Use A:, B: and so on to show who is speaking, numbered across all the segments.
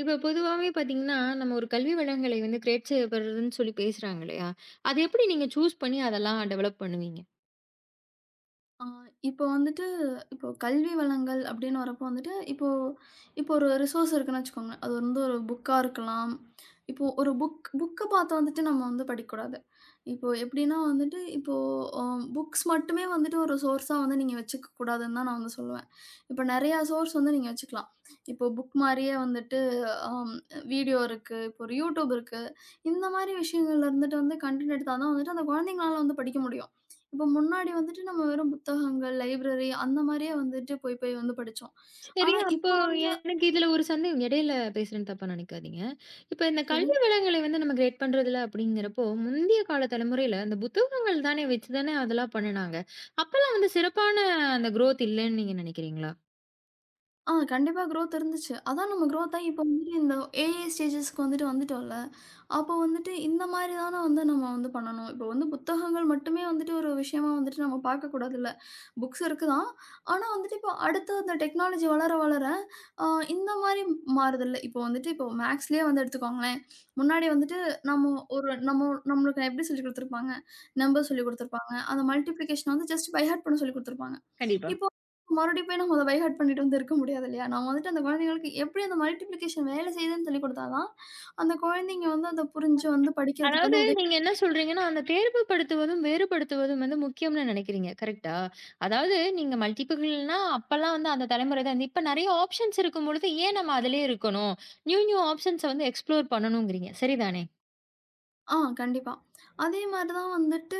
A: இப்ப பொதுவாவே பார்த்தீங்கன்னா, நம்ம ஒரு கல்வி வளங்களை வந்து கிரியேட் செய்யப்படுறதுன்னு சொல்லி பேசுறாங்க இல்லையா? அது எப்படி நீங்க சூஸ் பண்ணி அதெல்லாம் டெவலப் பண்ணுவீங்க?
B: ஆ இப்போ வந்துட்டு, இப்போ கல்வி வளங்கள் அப்படின்னு வரப்போ வந்துட்டு, இப்போ இப்போ ஒரு ரிசோர்ஸ் இருக்குன்னு வச்சுக்கோங்க. அது வந்து ஒரு புக்கா இருக்கலாம். இப்போ ஒரு புக்க பார்த்து வந்துட்டு நம்ம வந்து படிக்கக்கூடாது. இப்போ எப்படின்னா வந்துட்டு, இப்போ அ புக்ஸ் மட்டுமே வந்துட்டு ஒரு சோர்ஸா வந்து நீங்க வச்சுக்க கூடாதுன்னு தான் நான் வந்து சொல்லுவேன். இப்போ நெறையா சோர்ஸ் வந்து நீங்க வச்சுக்கலாம். இப்போ புக் மாரியே வந்துட்டு அம் வீடியோ இருக்கு, இப்போ ஒரு YouTube இருக்கு. இந்த மாரி விஷயங்கள்ல இருந்துட்டு வந்து கன்டென்ட் எடுத்தா தான் வந்துட்டு அந்த குழந்தைங்களால வந்து படிக்க முடியும். இப்போ முன்னாடி வந்துட்டு நம்ம வெறும் புத்தகங்கள், லைப்ரரி அந்த மாரியே வந்துட்டு போய் போய் வந்து படிச்சோம்.
A: சரி,
B: ஆனா
A: அப்போ
B: இப்ப வந்து
A: எனக்கு இதுல ஒரு சந்தேகம், இடையில பேசுறேன்னு தப்பா நினைக்காதீங்க. இப்ப இந்த
B: சரி.
A: கல்வி வளங்களை வந்து நம்ம கிரியேட் பண்றதுல அப்படிங்கிறப்போ, முந்தைய கால தலைமுறையில அந்த புத்தகங்கள் தானே வச்சு தானே அதெல்லாம் பண்ணுனாங்க. அப்பலாம் வந்து சிறப்பான அந்த குரோத் இல்லன்னு நீங்க நினைக்கிறீங்களா?
B: ஆ, கண்டிப்பா குரோத் இருந்துச்சு. அதான் நம்ம குரோத் ஆகி இப்ப வந்துட்டு இந்த ஏஐ ஸ்டேஜஸ்க்கு வந்துட்டு வந்துட்டோம்ல. அப்போ வந்துட்டு இந்த மாரி தான வந்து நம்ம வந்து பண்ணணும். இப்போ வந்து புத்தகங்கள் மட்டுமே வந்துட்டு ஒரு விஷயமா வந்துட்டு நம்ம பார்க்கக்கூடாதுல்ல. புக்ஸ் இருக்கு தான். ஆனா வந்துட்டு இப்போ அடுத்து இந்த டெக்னாலஜி வளர வளர அ இந்த மாரி மாறுதுல்ல. இப்போ வந்துட்டு இப்போ மேக்ஸ்லயே வந்து எடுத்துக்கோங்களேன். முன்னாடி வந்துட்டு நம்ம ஒரு நம்ம நம்மளுக்கு எப்படி சொல்லிக் குடுத்துருப்பாங்க? நம்பர் சொல்லிக் குடுத்துருப்பாங்க. அந்த மல்டிப்ளிகேஷன் வந்து ஜஸ்ட் பை ஹார்ட் பண்ண சொல்லிக் குடுத்துருப்பாங்க.
A: கண்டிப்பா.
B: இப்போ மறுபடியும் போய் நம்ம அத பை ஹார்ட் பண்ணிட்டு வந்து இருக்க முடியாது இல்லையா? நம்ம வந்துட்டு அந்த குழந்தைங்களுக்கு எப்படி அந்த மல்டிப்ளிகேஷன் வேலை செய்யுதுன்னு சொல்லிக் குடுத்தா தான், அந்த குழந்தைங்க வந்து அத புரிஞ்சு வந்து படிக்கிறதுக்கு
A: அதாவது
B: வந்து உதவி.
A: நீங்க என்ன சொல்றீங்கன்னா, அந்த தேர்வுபடுத்துவதும், வேறுபடுத்துவதும் வந்து முக்கியம்னு நினைக்கிறீங்க. கரெக்ட்டா? அதாவது நீங்க மல்டிபிள்னா அப்பலாம் வந்து அந்த தலைமுறை தான் இருந்து, இப்ப நெறைய ஆப்ஷன்ஸ் இருக்கும்பொழுது, ஏன் நம்ம அதிலேயே இருக்கணும்? நியூ நியூ ஆப்ஷன்ஸ வந்து எக்ஸ்ப்ளோர் பண்ணணும்ங்கிறீங்க. சரிதானே?
B: ஆ, கண்டிப்பா. அதே மாரி தான் வந்துட்டு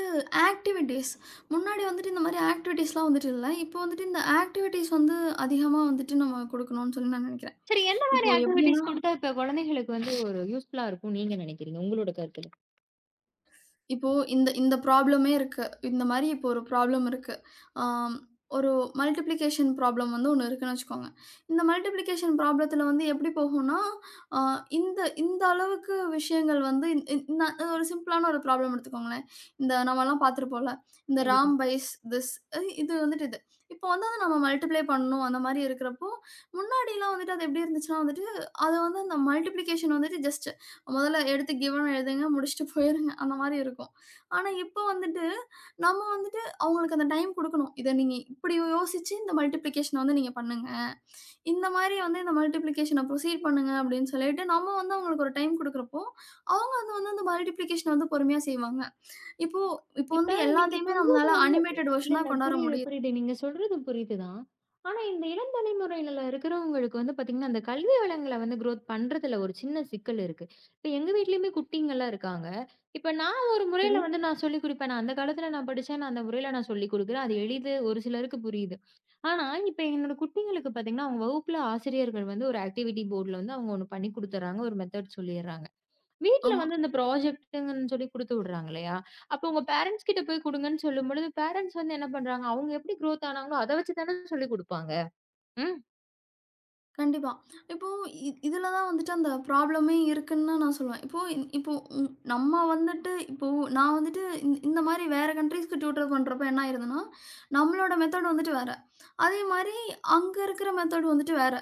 B: ஆக்டிவிட்டீஸ். முன்னாடி வந்துட்டு இந்த மாரி ஆக்டிவிட்டீஸ்லாம் வந்துட்டு இல்ல. இப்போ வந்துட்டு இந்த ஆக்டிவிட்டீஸ் வந்து அதிகமா வந்துட்டு நம்ம குடுக்கணும்னு சொல்லி நான் நெனைக்கிறேன்.
A: சரி, எந்த மாரி
B: இப்போ
A: ஆக்டிவிட்டீஸ்
B: எப்படின்னா
A: குடுத்தா இப்ப குழந்தைகளுக்கு வந்து ஒரு யூஸ்ஃபுல்லா இருக்கும்னு நீங்க நினைக்கிறீங்க? உங்களோட கருத்துல.
B: இப்போ இந்த இந்த ப்ராப்ளமே இருக்கு. இந்த மாரி இப்போ ஒரு ப்ராப்ளம் இருக்கு. ஆம், ஒரு மல்டிப்ளிகேஷன் ப்ராப்ளம் வந்து ஒண்ணு இருக்குன்னு வச்சுக்கோங்க. இந்த மல்டிப்ளிகேஷன் ப்ராப்ளத்தில வந்து எப்படி போகும்னா, அ இந்த இந்த அளவுக்கு விஷயங்கள் வந்து இந் இந் ந ஒரு சிம்பிளான ஒரு ப்ராப்ளம் எடுத்துக்கோங்களேன். இந்த நம்மலாம் பார்த்துருப்போம்ல. இந்த
A: கண்டிப்பா.
B: ராம் பைஸ் திஸ் இது வந்துட்டு இது. இப்போ வந்து அத நம்ம மல்டிப்ளை பண்ணணும் அந்த மாரி இருக்கிறப்போ, முன்னாடிலாம் வந்துட்டு அது எப்படி இருந்துச்சுன்னா வந்துட்டு, அது வந்து அந்த மல்டிப்ளிகேஷன் வந்துட்டு ஜஸ்ட் முதல்ல எடுத்து கிவ்ன்னு எழுதுங்க. முடிச்சுட்டு போயிருங்க. அந்த மாரி இருக்கும். ஆனா, இப்ப வந்துட்டு நம்ம வந்துட்டு அவங்களுக்கு அந்த டைம் குடுக்கணும். இத நீங்க இப்படி யோசிச்சு இந்த மல்டிப்ளிகேஷன வந்து நீங்க பண்ணுங்க. இந்த மாரி வந்து இந்த மல்டிப்ளிகேஷன ப்ரொசீட் பண்ணுங்க அப்படின்னு சொல்லிட்டு, நம்ம வந்து அவங்களுக்கு ஒரு டைம் குடுக்குறப்போ, அவங்க வந்து வந்து அந்த மல்டிப்ளிகேஷன வந்து பொறுமையா செய்வாங்க. இப்போ இப்போ
A: இப்ப
B: வந்து
A: நீங்க
B: எல்லாத்தையுமே
A: சொல்றது
B: நம்மளால
A: வந்து
B: அனிமேட்டட்
A: இல்ல,
B: வெர்ஷனா
A: இல்ல.
B: கொண்டாட
A: புரியுது,
B: முடியுது.
A: புரியுது. நீங்க சொல்றது புரியுதுதான். ஆனா இந்த இளம் தலைமுறையில இருக்கிறவங்களுக்கு வந்து பார்த்தீங்கன்னா, அந்த கல்வி வளங்கள வந்து குரோத் பண்றதுல ஒரு சின்ன சிக்கல் இருக்கு. இப்ப எங்க வீட்லயுமே குட்டிங்கலாம் இருக்காங்க. இப்ப நான் ஒரு
B: சரி.
A: முறையில வந்து நான் சொல்லிக் குடுப்பேன். நான் அந்த காலத்துல நான் படிச்சேன். நான் அந்த முறையில நான் சொல்லிக் குடுக்குறேன். அது எளிது. ஒரு சிலருக்கு புரியுது. ஆனா, இப்ப என்னோட குட்டிங்களுக்கு பார்த்தீங்கன்னா, அவங்க வகுப்புல ஆசிரியர்கள் வந்து ஒரு ஆக்டிவிட்டி போர்ட்ல வந்து அவங்க ஒண்ணு பண்ணி குடுத்துர்றாங்க. ஒரு மெத்தட் சொல்லிர்றாங்க. வீட்ல
B: ஆமா.
A: வந்து இந்த ப்ராஜெக்ட்டுங்கன்னு சொல்லி குடுத்து விடுறாங்க இல்லையா? அப்போ உங்க பேரன்ட்ஸ் கிட்ட போய் குடுங்கன்னு சொல்லும்பொழுது, பேரன்ட்ஸ் வந்து என்ன பண்றாங்க, அவங்க எப்படி குரோத் ஆனாங்களோ, அத வச்சு தானே சொல்லிக் குடுப்பாங்க. ம்.
B: கண்டிப்பா. இப்போ இதில தான் வந்துட்டு அந்த ப்ராப்ளமே இருக்குன்னு தான் நான் சொல்லுவேன். இப்போ நம்ம வந்துட்டு இப்போ நான் வந்துட்டு இந்த மாரி வேற கண்ட்ரீஸ்க்கு டியூட்டர் பண்றப்ப என்ன ஆயிருதுன்னா, நம்மளோட மெத்தட் வந்துட்டு வேற. அதே மாரி அங்க இருக்கிற மெத்தட் வந்துட்டு வேற.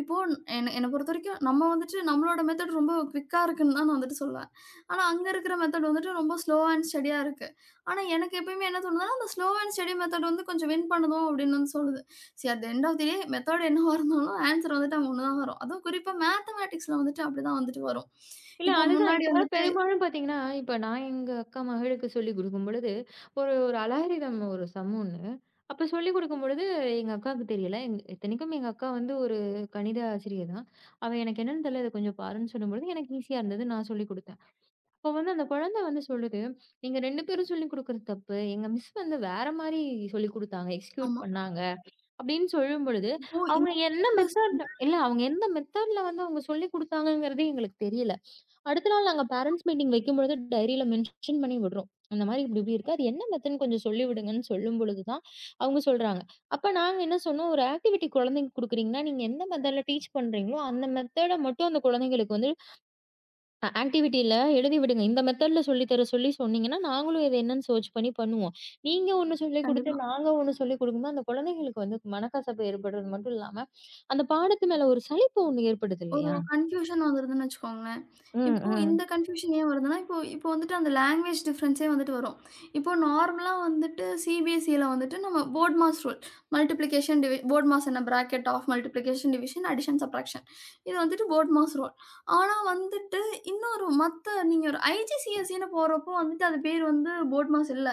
B: இப்போ என்ன என்ன பொறுத்தவரைக்கும் நம்ம வந்துட்டு நம்மளோட மெத்தட் ரொம்ப குயிக்கா இருக்குன்னு தான் நான் வந்துட்டு சொல்லுவேன். ஆனா அங்க இருக்கிற மெத்தட் வந்துட்டு ரொம்ப ஸ்லோ அண்ட் ஸ்டடியா இருக்கு. ஆனா எனக்கு எப்பயுமே என்ன தோணுதுன்னா, அந்த ஸ்லோ அண்ட் ஸ்டடி மெத்தட் வந்து கொஞ்சம் வின் பண்ணுதோ அப்படின்னு வந்து சொல்லுது. At the end of the day method என்னவா இருந்தாலும் ஆன்ஸர் வந்துட்டு அங்க ஒண்ணு தான் வரும். அதுவும் குறிப்பா மேத்தமேட்டிக்ஸ்ல வந்துட்டு அப்படிதான் வந்துட்டு வரும்.
A: இல்ல
B: இப்போ
A: அதுதான்,
B: முன்னாடி
A: இப்ப
B: வந்துட்டு
A: பெரும்பாலும் பாத்தீங்கன்னா, இப்ப நான் எங்க அக்கா மகளுக்கு சொல்லிக் குடுக்கும்பொழுது, ஒரு ஒரு அலாரிதம் ஒரு சம் ஒண்ணு. அப்ப சொல்லிக் குடுக்கும்பொழுது எங்க அக்காவுக்கு தெரியல. எங் இத்தனைக்கும் எங்க அக்கா வந்து ஒரு கணித ஆசிரியர் தான். அவ எனக்கு என்னன்னு தெரியல, இத கொஞ்சம் பாருன்னு சொல்லும்பொழுது, எனக்கு ஈஸியா இருந்தது. நான் சொல்லிக் குடுத்தேன். இப்போ வந்து அந்த குழந்தை வந்து சொல்லுது, "நீங்க 2 பேரும் சொல்லிக் குடுக்குறது தப்பு. எங்க மிஸ் வந்து வேற மாரி சொல்லிக் குடுத்தாங்க. எக்ஸிக்யூட்
B: ஆமா.
A: பண்ணாங்க." அப்படின்னு சொல்லும்பொழுது,
B: இப்போ
A: அவங்க
B: இந்த
A: என்ன
B: சிலபஸ்
A: மெத்தட்ல,
B: வந்து
A: இல்ல அவங்க எந்த மெத்தட்ல வந்து அவங்க சொல்லிக் குடுத்தாங்கங்கிறதே எங்களுக்கு தெரியல. அடுத்த நாள் நாங்க பேரன்ட்ஸ் மீட்டிங் வைக்கும்பொழுது டைரியில மென்ஷன் பண்ணி விடுறோம். அந்த மாரி இப்படி இப்படி இருக்கு. அது என்ன மெத்தட்ன்னு கொஞ்சம் சொல்லி விடுங்கன்னு சொல்லும்பொழுது தான் அவங்க சொல்றாங்க. அப்ப நாங்க என்ன சொன்னோம், "ஒரு ஆக்டிவிட்டி குழந்தைக்கு குடுக்குறீங்கன்னா, நீங்க எந்த மெத்தட்ல டீச் பண்றீங்களோ, அந்த மெத்தட மட்டும் அந்த குழந்தைங்களுக்கு வந்து ஆக்டிவிட்டில எழுதி விடுங்க. இந்த மெத்தட்ல சொல்லி தர சொல்லி சொன்னீங்கன்னா, நாங்களும் இது என்னன்னு சர்ச் பண்ணி பண்ணுவோம். நீங்க ஒண்ணு சொல்லிக் குடுத்து,
B: கண்டிப்பா.
A: நாங்க ஒண்ணு சொல்லிக் குடுக்கும்போது, அந்த குழந்தைகளுக்கு வந்து மனக்கசப்பு ஏற்படுறது மட்டும் இல்லாம, அந்த பாடத்து மேல ஒரு சலிப்பு ஒண்ணு ஏற்படுது
B: ஒரு
A: இல்லையா? ஆமா.
B: கன்ஃப்யூஷன் வந்துருதுன்னு வச்சுக்கோங்களேன்.
A: ம்,
B: இப்போ இந்த
A: ம்.
B: கன்ஃப்யூஷன் ஏன் வருதுன்னா, இப்போ இப்போ வந்துட்டு அந்த லாங்குவேஜ் டிஃப்ரென்ஸே வந்துட்டு வரும். இப்போ நார்மலா வந்துட்டு சிபிஎஸ்சில வந்துட்டு நம்ம போர்ட் மாஸ் ரூல். மல்டிப்ளிகேஷன் டிவி போர்ட் மாஸ் என்ன bracket of multiplication, division, addition, subtraction. இது வந்துட்டு போர்ட் மாஸ் ரூல். ஆனா வந்துட்டு இன்னொரு மத்த நீங்க ஒரு ஐஜிசிஎஸ்இன்னு போறப்போ வந்துட்டு அது பேர் வந்து போர்ட் மாஸ் இல்ல.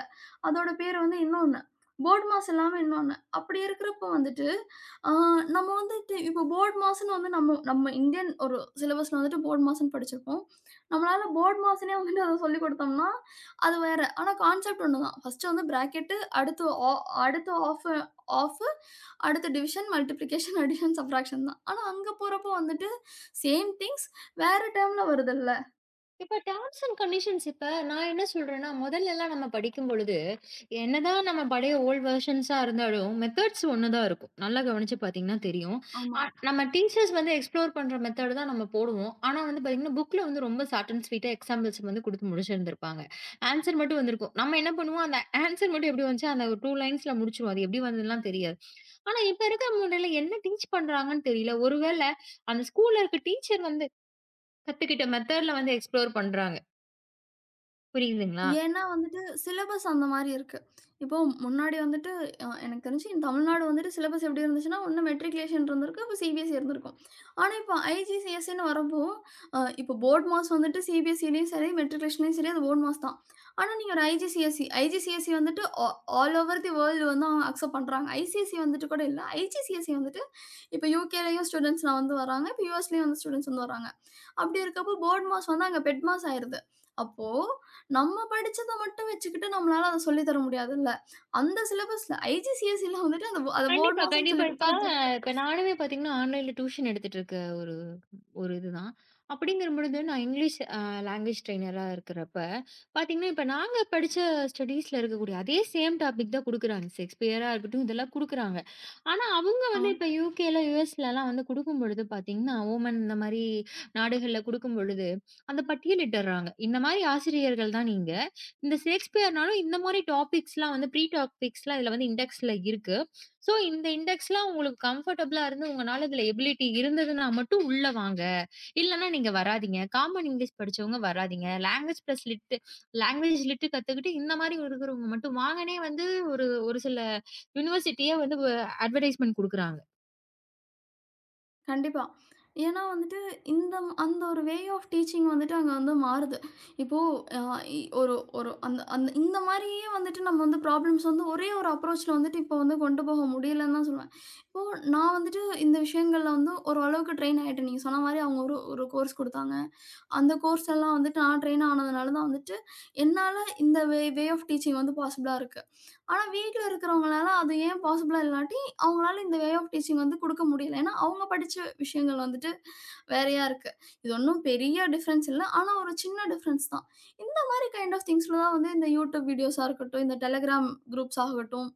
B: அதோட பேர் வந்து இன்னொன்னு. போர்ட் மாஸ் இல்லாம இன்னொன்னு. அப்படி இருக்கிறப்போ வந்துட்டு, ஆ நம்ம இப்போ போர்ட் மாஸ்ன்னு வந்து நம்ம நம்ம இந்தியன் ஒரு சிலபஸ்ல வந்துட்டு போர்ட் மாஸ்ன்னு படிச்சிருப்போம். நம்மளால போர்ட் மாஸ்ன்னே வந்துட்டு அத சொல்லிக் குடுத்தோம்னா, அது வேற. ஆனா கான்செப்ட் ஒண்ணுதான். ஃபர்ஸ்ட்டு வந்து பிராக்கெட்டு, அடுத்து ஆ அடுத்து ஆஃப் ஆஃப்பு, அடுத்து டிவிஷன், மல்டிப்ளிகேஷன், அடிஷன், சப்ட்ராக்ஷன் தான். ஆனா அங்க போறப்போ வந்துட்டு சேம் திங்ஸ் வேற டெர்ம்ல வருதுல்ல.
A: இப்ப டெர்ம்ஸ் அண்ட் கண்டிஷன்ஸ். இப்ப நான் என்ன சொல்றேன்னா, முதல்லலாம் நம்ம படிக்கும்பொழுது என்னதான் நம்ம பழைய ஓல்ட் வெர்ஷன்ஸா இருந்தாலும், மெத்தட்ஸ் ஒண்ணு தான் இருக்கும். நல்லா கவனிச்சு பார்த்தீங்கன்னா தெரியும்.
B: ஆமா.
A: அ நம்ம டீச்சர்ஸ் வந்து எக்ஸ்ப்ளோர் பண்ற மெத்தட் தான் நம்ம போடுவோம். ஆனா வந்து பார்த்தீங்கன்னா, புக்ல வந்து ரொம்ப ஷார்ட் அண்ட் ஸ்வீட்டா எக்ஸாம்பிள்ஸ் வந்து குடுத்து முடிச்சிருந்திருப்பாங்க. ஆன்ஸர் மட்டும் வந்திருக்கும். நம்ம என்ன பண்ணுவோம், அந்த ஆன்ஸர் மட்டும் எப்படி வந்துச்சு, அந்த ஒரு 2 லைன்ஸ்ல முடிச்சுருவோம். அது எப்படி வந்ததுலாம் தெரியாது. ஆனா இப்ப இருக்கிற முறையில என்ன டீச் பண்றாங்கன்னு தெரியல. ஒருவேள அந்த ஸ்கூல்ல இருக்க டீச்சர் வந்து கத்துக்கிட்ட மெத்தட்ல வந்து எக்ஸ்ப்ளோர் பண்றாங்க. புரியுதுங்களா?
B: ஏன்னா வந்துட்டு சிலபஸ் அந்த மாரி இருக்கு. இப்போ முன்னாடி வந்துட்டு எனக்கு தெரிஞ்சு இந்த தமிழ்நாடு வந்துட்டு சிலபஸ் எப்படி இருந்துச்சுன்னா, ஒண்ணு மெட்ரிகுலேஷன் இருந்திருக்கு. அப்ப சிபிஎஸ்இ இருந்திருக்கும். ஆனா இப்போ ஐசிசிஎஸ்இன்னு வரப்போ, இப்போ போர்ட் மார்க்ஸ் வந்துட்டு சிபிஎஸ்இலயும் சரி, மெட்ரிகுலேஷன்லயும் சரி அது போர்ட் மார்க்ஸ் தான். ஆனா நீங்க ஒரு ஐசிசிஎஸ்இ ஐசிசிஎஸ்இ வந்துட்டு ஆல் ஓவர் தி வேர்ல்டு வந்து அவங்க அக்செப்ட் பண்றாங்க. ஐசிஎஸ்இ வந்துட்டு கூட இல்ல. ஐசிசிஎஸ்இ வந்துட்டு இப்போ யுகேலயும் ஸ்டூடண்ட்ஸ்லாம் வந்து வராங்க. இப்போ யுஎஸ்லயும் வந்து ஸ்டூடண்ட்ஸ் வந்து வராங்க. அப்படி இருக்கப்போ போர்ட் மாஸ் வந்து அங்க பெட் மாஸ் ஆயிருது. அப்போ நம்ம படிச்சத மட்டும் வச்சுக்கிட்டு நம்மளால அத சொல்லி தர முடியாதுல்ல. அந்த சிலபஸ்ல ஐஜிசிஎஸ்சில வந்துட்டு அந்த அத போர்ட்
A: கண்டிப்பா,
B: மாஸ்ன்னு
A: கண்டிப்பா.
B: சொல்லி
A: இப்ப
B: குடுத்தா தப்பு.
A: இப்ப நானுமே பார்த்தீங்கன்னா, ஆன்லைன்ல டியூஷன் எடுத்துட்டு இருக்க ஒரு ஒரு இதுதான். அப்படிங்கிற பொழுது நான் இங்கிலீஷ் லாங்குவேஜ் ட்ரெய்னரா இருக்கிறப்ப, பார்த்தீங்கன்னா, இப்ப நாங்க படிச்ச ஸ்டடீஸ்ல இருக்கக்கூடிய அதே சேம் டாபிக் தான் குடுக்குறாங்க. ஷேக்ஸ்பியரா இருக்கட்டும், இதெல்லாம் குடுக்குறாங்க. ஆனா, அவங்க
B: ஆ,
A: வந்து இப்ப யுகேல, யுஎஸ்லலாம் வந்து குடுக்கும்பொழுது பார்த்தீங்கன்னா, ஓமன் இந்த மாரி நாடுகள்ல குடுக்கும்பொழுது, அந்த பட்டியலிட்டுர்றாங்க. இந்த மாரி ஆசிரியர்கள் தான் நீங்க. இந்த ஷேக்ஸ்பியர்னாலும் இந்த மாரி டாபிக்ஸ்லாம் வந்து ப்ரீ டாபிக்ஸ்லாம் இதுல வந்து இண்டெக்ஸ்ல இருக்கு. சோ, இந்த இண்டெக்ஸ்லாம் உங்களுக்கு கம்ஃபர்டபுளா இருந்து, உங்கனால இதுல எபிலிட்டி இருந்ததுன்னா மட்டும் உள்ள வாங்க. இல்லன்னா நீங்க வராதீங்க. காமன் இங்கிலீஷ் படிச்சவங்க வராதீங்க. லாங்குவேஜ் லிட் கத்துக்கிட்டு இந்த மாரி இருக்கிறவங்க மட்டும் வாங்கன்னே வந்து ஒரு ஒரு சில யுனிவர்சிட்டியே வந்து அட்வர்டைஸ்மென்ட் குடுக்குறாங்க.
B: கண்டிப்பா. ஏன்னா வந்துட்டு இந்த அந்த ஒரு வே ஆஃப் டீச்சிங் வந்துட்டு அங்க வந்து மாறுது. இப்போ அ இ ஒரு ஒரு அந்த அந்த இந்த மாரியே வந்துட்டு நம்ம வந்து ப்ராப்ளம்ஸ் வந்து ஒரே ஒரு அப்ரோச்ல வந்துட்டு இப்போ வந்து கொண்டு போக முடியலன்னு தான் சொல்லுவேன். இப்போ நான் வந்துட்டு இந்த விஷயங்கள்ல வந்து ஓரளவுக்கு ட்ரெயின் ஆயிட்டேன். நீங்க சொன்ன மாரி அவங்க ஒரு ஒரு கோர்ஸ் குடுத்தாங்க. அந்த கோர்ஸ் எல்லாம் வந்துட்டு நான் ட்ரெயின் ஆனதுனால தான் வந்துட்டு என்னால இந்த வே வே ஆஃப் டீச்சிங் வந்து பாசிபிளா இருக்கு. ஆனா வீட்ல இருக்கிறவங்களால அது ஏன் பாசிபிளா இல்லாட்டி, அவங்களால இந்த வே ஆஃப் டீச்சிங் வந்து குடுக்க முடியல. ஏன்னா, அவங்க படிச்ச விஷயங்கள் வந்துட்டு வேறையா இருக்கு. இது ஒண்ணும் பெரிய டிஃபரன்ஸ் இல்ல. ஆனா ஒரு சின்ன டிஃபரன்ஸ் தான். இந்த மாரி கைண்ட் ஆஃப் திங்ஸ்ல தான் வந்து இந்த YouTube வீடியோஸா இருக்கட்டும், இந்த Telegram குரூப்ஸ் ஆகட்டும்,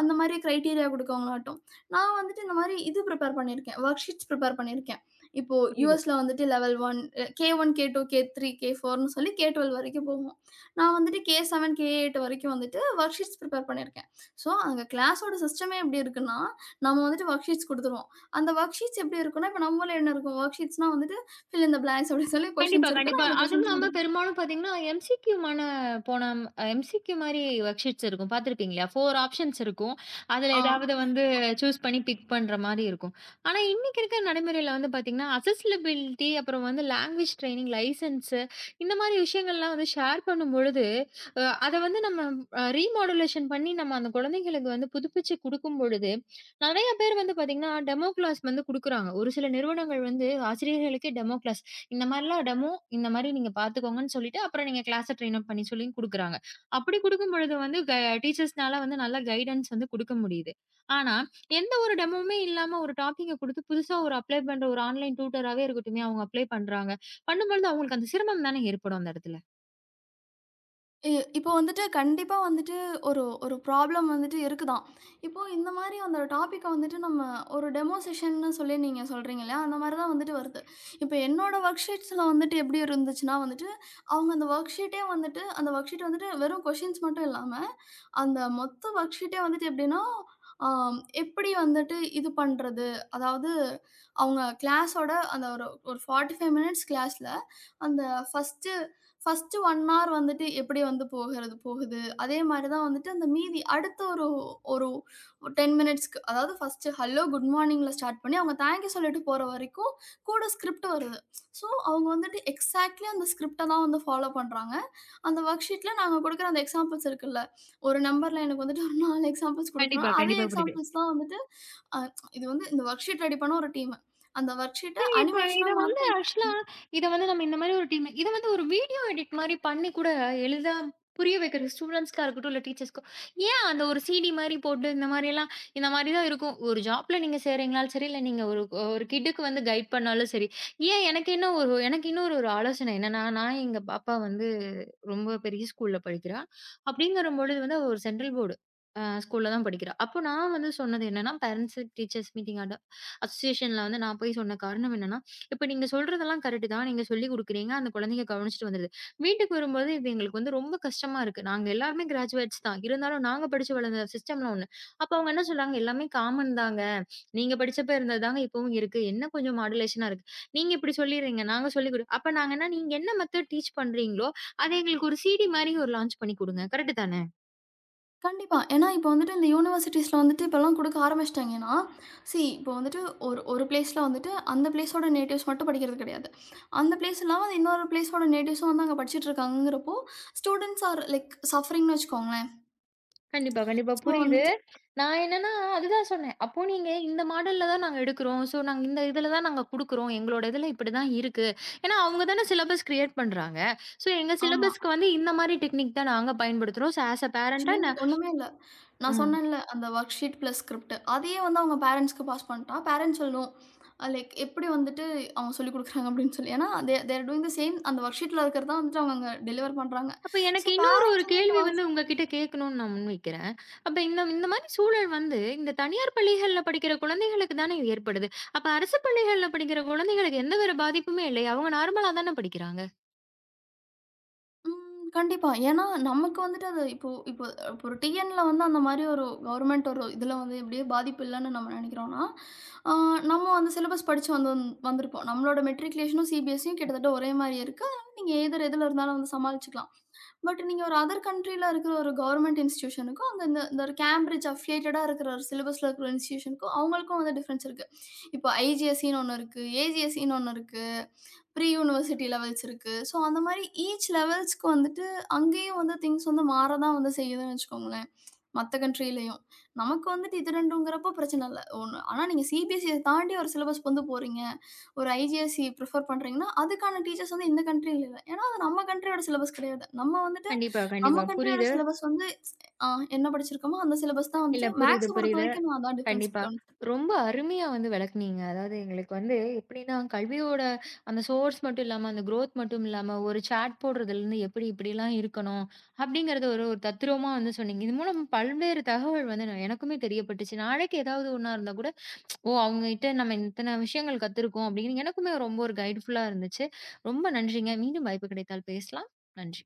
B: அந்த மாரி கிரைட்டீரியா குடுக்கவங்களாகட்டும், நான் வந்துட்டு இந்த மாரி இது பிரிப்பேர் பண்ணியிருக்கேன். வொர்க் ஷீட்ஸ் பிரிப்பேர் பண்ணியிருக்கேன். இப்போ
A: புரியுது.
B: யுஎஸ்ல வந்துட்டு லெவல் 1 K1, K2, K3, K4ன்னு சொல்லி K12 வரைக்கும் போகும். நான் வந்துட்டு K7, K8 வரைக்கும் வந்துட்டு வொர்க் ஷீட்ஸ் பிரிப்பேர் பண்ணியிருக்கேன். ஸோ, அங்க கிளாஸோட சிஸ்டமே எப்படி இருக்குன்னா, நம்ம வந்துட்டு வொர்க் ஷீட்ஸ் குடுத்துருவோம். அந்த வொர்க் ஷீட்ஸ் எப்படி இருக்குன்னா, இப்ப நம்ம ஊர்ல என்ன இருக்கும்? வொர்க் ஷீட்ஸ்னா வந்துட்டு ஃபில் இன் தி பிளாங்க்ஸ் அப்படின்னு சொல்லி
A: கண்டிப்பா,
B: கொஸ்டின்ஸ் இருக்கும்.
A: கண்டிப்பா.
B: நான் அந்த
A: அதுவும்
B: கொஸ்டின்ஸ்
A: இல்லாம
B: மட்டும் தான்
A: பெரும்பாலும் பார்த்தீங்கன்னா, போன எம்சிக்யூ மாரி வொர்க்ஷீட்ஸ் இருக்கும். பார்த்துருப்பீங்களா? 4 ஆப்ஷன்ஸ் இருக்கும். அதுல
B: ஆ.
A: ஏதாவது வந்து சூஸ் பண்ணி பிக் பண்ற மாரி இருக்கும். ஆனா, இன்னைக்கு இருக்கிற நடைமுறையில வந்து பார்த்தீங்கன்னா, அக்சஸிபிலிட்டி அப்புறம் வந்து லாங்குவேஜ் ட்ரெய்னிங், லைசன்ஸ் இந்த மாரி விஷயங்கள்லாம் வந்து ஷேர் பண்ணும்பொழுது, அ அத வந்து நம்ம ரீமாடுலேஷன் பண்ணி நம்ம அந்த குழந்தைகளுக்கு வந்து புதுப்பிச்சு குடுக்கும் பொழுது, நெறைய பேர் வந்து பார்த்தீங்கன்னா, டெமோ கிளாஸ் வந்து குடுக்குறாங்க. ஒரு சில நிறுவனங்கள் வந்து ஆசிரியர்களுக்கே டெமோ கிளாஸ் இந்த மாரிலாம் டெமோ, இந்த மாரி நீங்க பார்த்துக்கோங்கன்னு சொல்லிட்டு, அப்புறம் நீங்க கிளாஸ ட்ரெயின் அப் பண்ணி சொல்லியும் குடுக்குறாங்க. அப்படி குடுக்கும் பொழுது வந்து டீச்சர்ஸ்னால வந்து நல்ல கைடன்ஸ் வந்து குடுக்க முடியுது. ஆனா, எந்த ஒரு டெமோவுமே இல்லாம ஒரு டாப்பிக்க குடுத்து புதுசா ஒரு அப்ளை பண்ற ஒரு ஆன்லைன் டியூட்டராவே இருக்கட்டுமே, அவங்க அப்ளை பண்றாங்க. பண்ணும்பொழுது அவங்களுக்கு அந்த சிரமம் தானே ஏற்படும் அந்த இடத்துல.
B: இ இப்போ வந்துட்டு கண்டிப்பா வந்துட்டு ஒரு ஒரு ப்ராப்ளம் வந்துட்டு இருக்கு தான். இப்போ இந்த மாரி அந்த டாபிக்க வந்துட்டு நம்ம ஒரு டெமோ செஷன்னு சொல்லி நீங்க சொல்றீங்க இல்லையா? அந்த மாரி தான் வந்துட்டு வருது. இப்ப என்னோட ஒர்க் ஷீட்ஸ்ல வந்துட்டு எப்படி இருந்துச்சுன்னா வந்துட்டு, அவங்க அந்த ஒர்க் ஷீட்டே வந்துட்டு அந்த ஒர்க் ஷீட் வந்துட்டு வெறும் கொஷின்ஸ் மட்டும் இல்லாம, அந்த மொத்த ஒர்க் ஷீட்டே வந்துட்டு எப்படின்னா, ஆம் எப்படி வந்துட்டு இது பண்றது? அதாவது அவங்க கிளாஸோட அந்த ஒரு ஒரு 45 மினிட்ஸ் கிளாஸ்ல அந்த ஃபர்ஸ்ட்டு ஃபர்ஸ்ட்டு 1 ஹார் வந்துட்டு எப்படி வந்து போகிறது போகுது. அதே மாரி தான் வந்துட்டு அந்த மீதி அடுத்த ஒரு ஒரு 10 மினிட்ஸ்க்கு அதாவது ஃபர்ஸ்ட்டு ஹலோ, குட் மார்னிங்ல ஸ்டார்ட் பண்ணி அவங்க தேங்க் யூ சொல்லிட்டு போற வரைக்கும் கூட ஸ்கிரிப்ட் வருது. ஸோ அவங்க வந்துட்டு எக்ஸாக்ட்லி அந்த ஸ்கிரிப்ட்ட தான் வந்து ஃபாலோ பண்றாங்க. அந்த ஒர்க் ஷீட்ல நாங்க குடுக்குற அந்த எக்ஸாம்பிள்ஸ் இருக்குல்ல, ஒரு நம்பர்ல எனக்கு வந்துட்டு ஒரு 4 எக்ஸாம்பிள்ஸ் குடுக்கணும்.
A: கண்டிப்பா,
B: அதே
A: கண்டிப்பா, புரியுது.
B: எக்ஸாம்பிள்ஸ் தான் வந்துட்டு அ இது வந்து இந்த வொர்க் ஷீட் ரெடி பண்ண ஒரு டீமு. அந்த வொர்க் ஷீட்ட
A: சரி, இப்ப
B: அனிமேஷனா
A: இத வந்து
B: மாத்த
A: ஆக்சுவலா இத வந்து நம்ம இந்த மாரி ஒரு டீம் இத வந்து ஒரு வீடியோ எடிட் மாரி பண்ணி கூட எளிதா புரிய வைக்கிற ஸ்டூடண்ட்ஸ்க்கா இருக்கட்டும், இல்ல டீச்சர்ஸ்க்கோ, ஏன் அந்த ஒரு சிடி மாரி போட்டு இந்த மாரிலாம் இந்த மாரி தான் இருக்கும். ஒரு ஜாப்ல நீங்க சேர்றீங்கனாலும் சரி, இல்ல நீங்க ஒரு ஒரு கிட்டுக்கு வந்து கைட் பண்ணாலும் சரி. ஏன் எனக்கு என்ன ஒரு எனக்கு இன்னொரு ஒரு ஆலோசனை என்னன்னா, நான் எங்க பாப்பா வந்து ரொம்ப பெரிய ஸ்கூல்ல படிக்கிறா. அப்படிங்கிற பொழுது வந்து அவ ஒரு சென்ட்ரல் போர்டு ஸ்கூல்ல தான் படிக்கிறா. அப்போ நான் வந்து சொன்னது என்னன்னா, பேரண்ட்ஸ், டீச்சர்ஸ் மீட்டிங் அசோசியேஷன்ல வந்து நான் போய் சொன்ன காரணம் என்னன்னா, இப்ப நீங்க சொல்றதெல்லாம் கரெக்ட்டு தான். நீங்க சொல்லிக் குடுக்குறீங்க. அந்த குழந்தைங்க கவனிச்சுட்டு வந்துருது. வீட்டுக்கு வரும்போது இது எங்களுக்கு வந்து ரொம்ப கஷ்டமா இருக்கு. நாங்க எல்லாருமே கிராஜுவேட்ஸ் தான். இருந்தாலும் நாங்க படிச்சு வளர்ந்த சிஸ்டம்லாம் ஒண்ணு. அப்ப அவங்க என்ன சொல்றாங்க, "எல்லாமே காமன் தாங்க. நீங்க படிச்சப்ப இருந்தது தாங்க இப்பவும் இருக்கு. என்ன கொஞ்சம் மாடுலேஷனா இருக்கு. நீங்க இப்படி சொல்லிர்றீங்க. நாங்க சொல்லிக் குடு." அப்ப நாங்கன்னா, நீங்க என்ன மெத்தட் டீச் பண்றீங்களோ, அத எங்களுக்கு ஒரு சிடி மாரி ஒரு லான்ச் பண்ணி குடுங்க. கரெக்ட்டு தான?
B: கண்டிப்பா. ஏன்னா, இப்போ வந்துட்டு இந்த யூனிவர்சிட்டீஸ்ல வந்துட்டு இப்பலாம் குடுக்க ஆரம்பிச்சுட்டாங்கன்னா, இப்போ வந்துட்டு ஒரு ஒரு பிளேஸ்ல வந்துட்டு அந்த பிளேஸோட நேட்டிவ்ஸ் மட்டும் படிக்கிறது கிடையாது. அந்த பிளேஸ் இல்லாம அது இன்னொரு பிளேஸோட நேட்டிவ்ஸும் வந்து அங்க படிச்சுட்டு இருக்காங்கங்கிறப்போ, ஸ்டூடண்ட்ஸ் ஆர் லைக் சஃபரிங்ன்னு வச்சுக்கோங்களேன்.
A: கண்டிப்பா, கண்டிப்பா.
B: ஸோ
A: புரியுது.
B: வந்துட்டு
A: நான் என்னன்னா, அதுதான் சொன்னேன். அப்போ நீங்க இந்த மாடல்ல தான் நாங்க எடுக்கிறோம். ஸோ நாங்க இந்த இதில தான் நாங்க குடுக்குறோம். எங்களோட இதில இப்படிதான் இருக்கு. ஏன்னா, அவங்க தானே சிலபஸ் கிரியேட் பண்றாங்க. ஸோ எங்க
B: ஆமா.
A: சிலபஸ்க்கு வந்து இந்த மாரி டெக்னிக் தான் நாங்க பயன்படுத்துறோம். ஸோ ஆஸ் அ பேரன்ட்டா
B: ஆக்சுவலி
A: நான்
B: ஒண்ணுமே இல்ல. நான்
A: ம்.
B: சொன்னேன்ல, அந்த வொர்க் ஷீட் பிளஸ் ஸ்கிரிப்ட். அதையே வந்து அவங்க பேரன்ட்ஸ்க்கு பாஸ் பண்ணிட்டா, பேரன்ட்ஸ் சொல்லணும். லைக் எப்படி வந்துட்டு அவங்க சொல்லிக் குடுக்குறாங்க அப்படின்னு சொல்லி. ஏன்னா they they are doing the same அந்த வொர்க் ஷீட்ல இருக்கிறது தான் வந்துட்டு அவங்க டெலிவர் பண்றாங்க.
A: அப்ப
B: ஸோ
A: எனக்கு இன்னொரு ஒரு கேள்வி வந்து உங்ககிட்ட கேட்கணும்னு நான் முன்வைக்கிறேன். அப்ப இந்த இந்த மாரி சூழல் வந்து இந்த தனியார் பள்ளிகள்ல படிக்கிற குழந்தைகளுக்கு தானே இது ஏற்படுது. அப்ப அரசு பள்ளிகள்ல படிக்கிற குழந்தைகளுக்கு எந்த ஒரு பாதிப்புமே இல்லையா? அவங்க நார்மலா தானே படிக்கிறாங்க.
B: கண்டிப்பா. ஏன்னா, நமக்கு வந்துட்டு அது இப்போ இப்போ இப்போ ஒரு டிஎன்ல வந்து அந்த மாரி ஒரு கவர்மெண்ட் ஒரு இதில வந்து எப்படியே பாதிப்பு இல்லன்னு நம்ம நெனைக்கிறோம்ன்னா, ஆ நம்ம வந்து சிலபஸ் படிச்சு வந்து வந்திருப்போம். நம்மளோட மெட்ரிகுலேஷனும், சிபிஎஸ்சியும் கிட்டத்தட்ட ஒரே மாரியே இருக்கு. அதனால நீங்க எதர் எதுல இருந்தாலும் வந்து சமாளிச்சுக்கலாம். பட் நீங்க ஒரு அதர் கண்ட்ரில இருக்கிற ஒரு கவர்மெண்ட் இன்ஸ்டிடியூஷனுக்கும், அங்க இந்த இந்த ஒரு கேம்பிரிட்ஜ் அஃபிலியேட்டடா இருக்கிற ஒரு சிலபஸ்ல இருக்கிற ஒரு இன்ஸ்டிடியூஷனுக்கும் அவங்களுக்கும் வந்து டிஃபரன்ஸ் இருக்கு. இப்போ ஐஜிஎஸ்சின்னு ஒண்ணு இருக்கு. ஏஜிஎஸ்சின்னு ஒண்ணு இருக்கு. ப்ரீ யூனிவர்சிட்டி லெவல்ஸ் இருக்கு. ஸோ, அந்த மாரி ஈச் லெவல்ஸ்க்கு வந்துட்டு அங்கேயும் வந்து திங்க்ஸ் வந்து மாற தான் வந்து செய்யுதுன்னு வச்சுக்கோங்களேன். மத்த கண்ட்ரிலயும். நமக்கு வந்துட்டு இது 2ங்கிறப்போ பிரச்சனை இல்ல. ஒண்ணு ஆனா நீங்க சிபிஎஸ்சிய தாண்டி ஒரு சிலபஸ் கொண்டு போறீங்க. ஒரு ஐசிஎஸ்இ ப்ரிஃபர் பண்றீங்கன்னா, அதுக்கான டீச்சர்ஸ் வந்து இந்த கண்ட்ரில இல்ல. ஏன்னா, அது நம்ம கண்ட்ரியோட சிலபஸ் கிடையாது. நம்ம வந்துட்டு
A: கண்டிப்பா, கண்டிப்பா.
B: நம்ம கண்ட்ரியோட
A: புரியுது.
B: சிலபஸ் வந்து அ என்ன படிச்சிருக்கோமோ அந்த சிலபஸ் தான்
A: இல்ல.
B: வந்துட்டு
A: புரியுது,
B: மேக்ஸ
A: புரியுது.
B: பொறுத்தவரைக்கும் நான் அதான் டிஃபரன்ஸ்
A: கண்டிப்பா.
B: கவனிச்சிருக்கேன்.
A: ரொம்ப அருமையா வந்து விளக்குனீங்க. அதாவது எங்களுக்கு வந்து எப்படின்னா, கல்வியோட அந்த சோர்ஸ் மட்டும் இல்லாம, அந்த குரோத் மட்டும் இல்லாம, ஒரு சாட் போடுறதுலேருந்து எப்படி இப்படிலாம் இருக்கணும், அப்படிங்கிறத ஒரு ஒரு தத்துரூவமா வந்து சொன்னீங்க. இது மூலம் பல்வேறு தகவல் வந்து நான் எனக்குமே தெரியப்பட்டுச்சு. நாளைக்கு ஏதாவது ஒண்ணா இருந்தா கூட, ஓ! அவங்ககிட்ட நம்ம இத்தன விஷயங்கள் கத்துருக்கோம் அப்படின்னு எனக்குமே ரொம்ப ஒரு கைட்ஃபுல்லா இருந்துச்சு. ரொம்ப நன்றிங்க. மீண்டும் வாய்ப்பு கிடைத்தால் பேசலாம். நன்றி.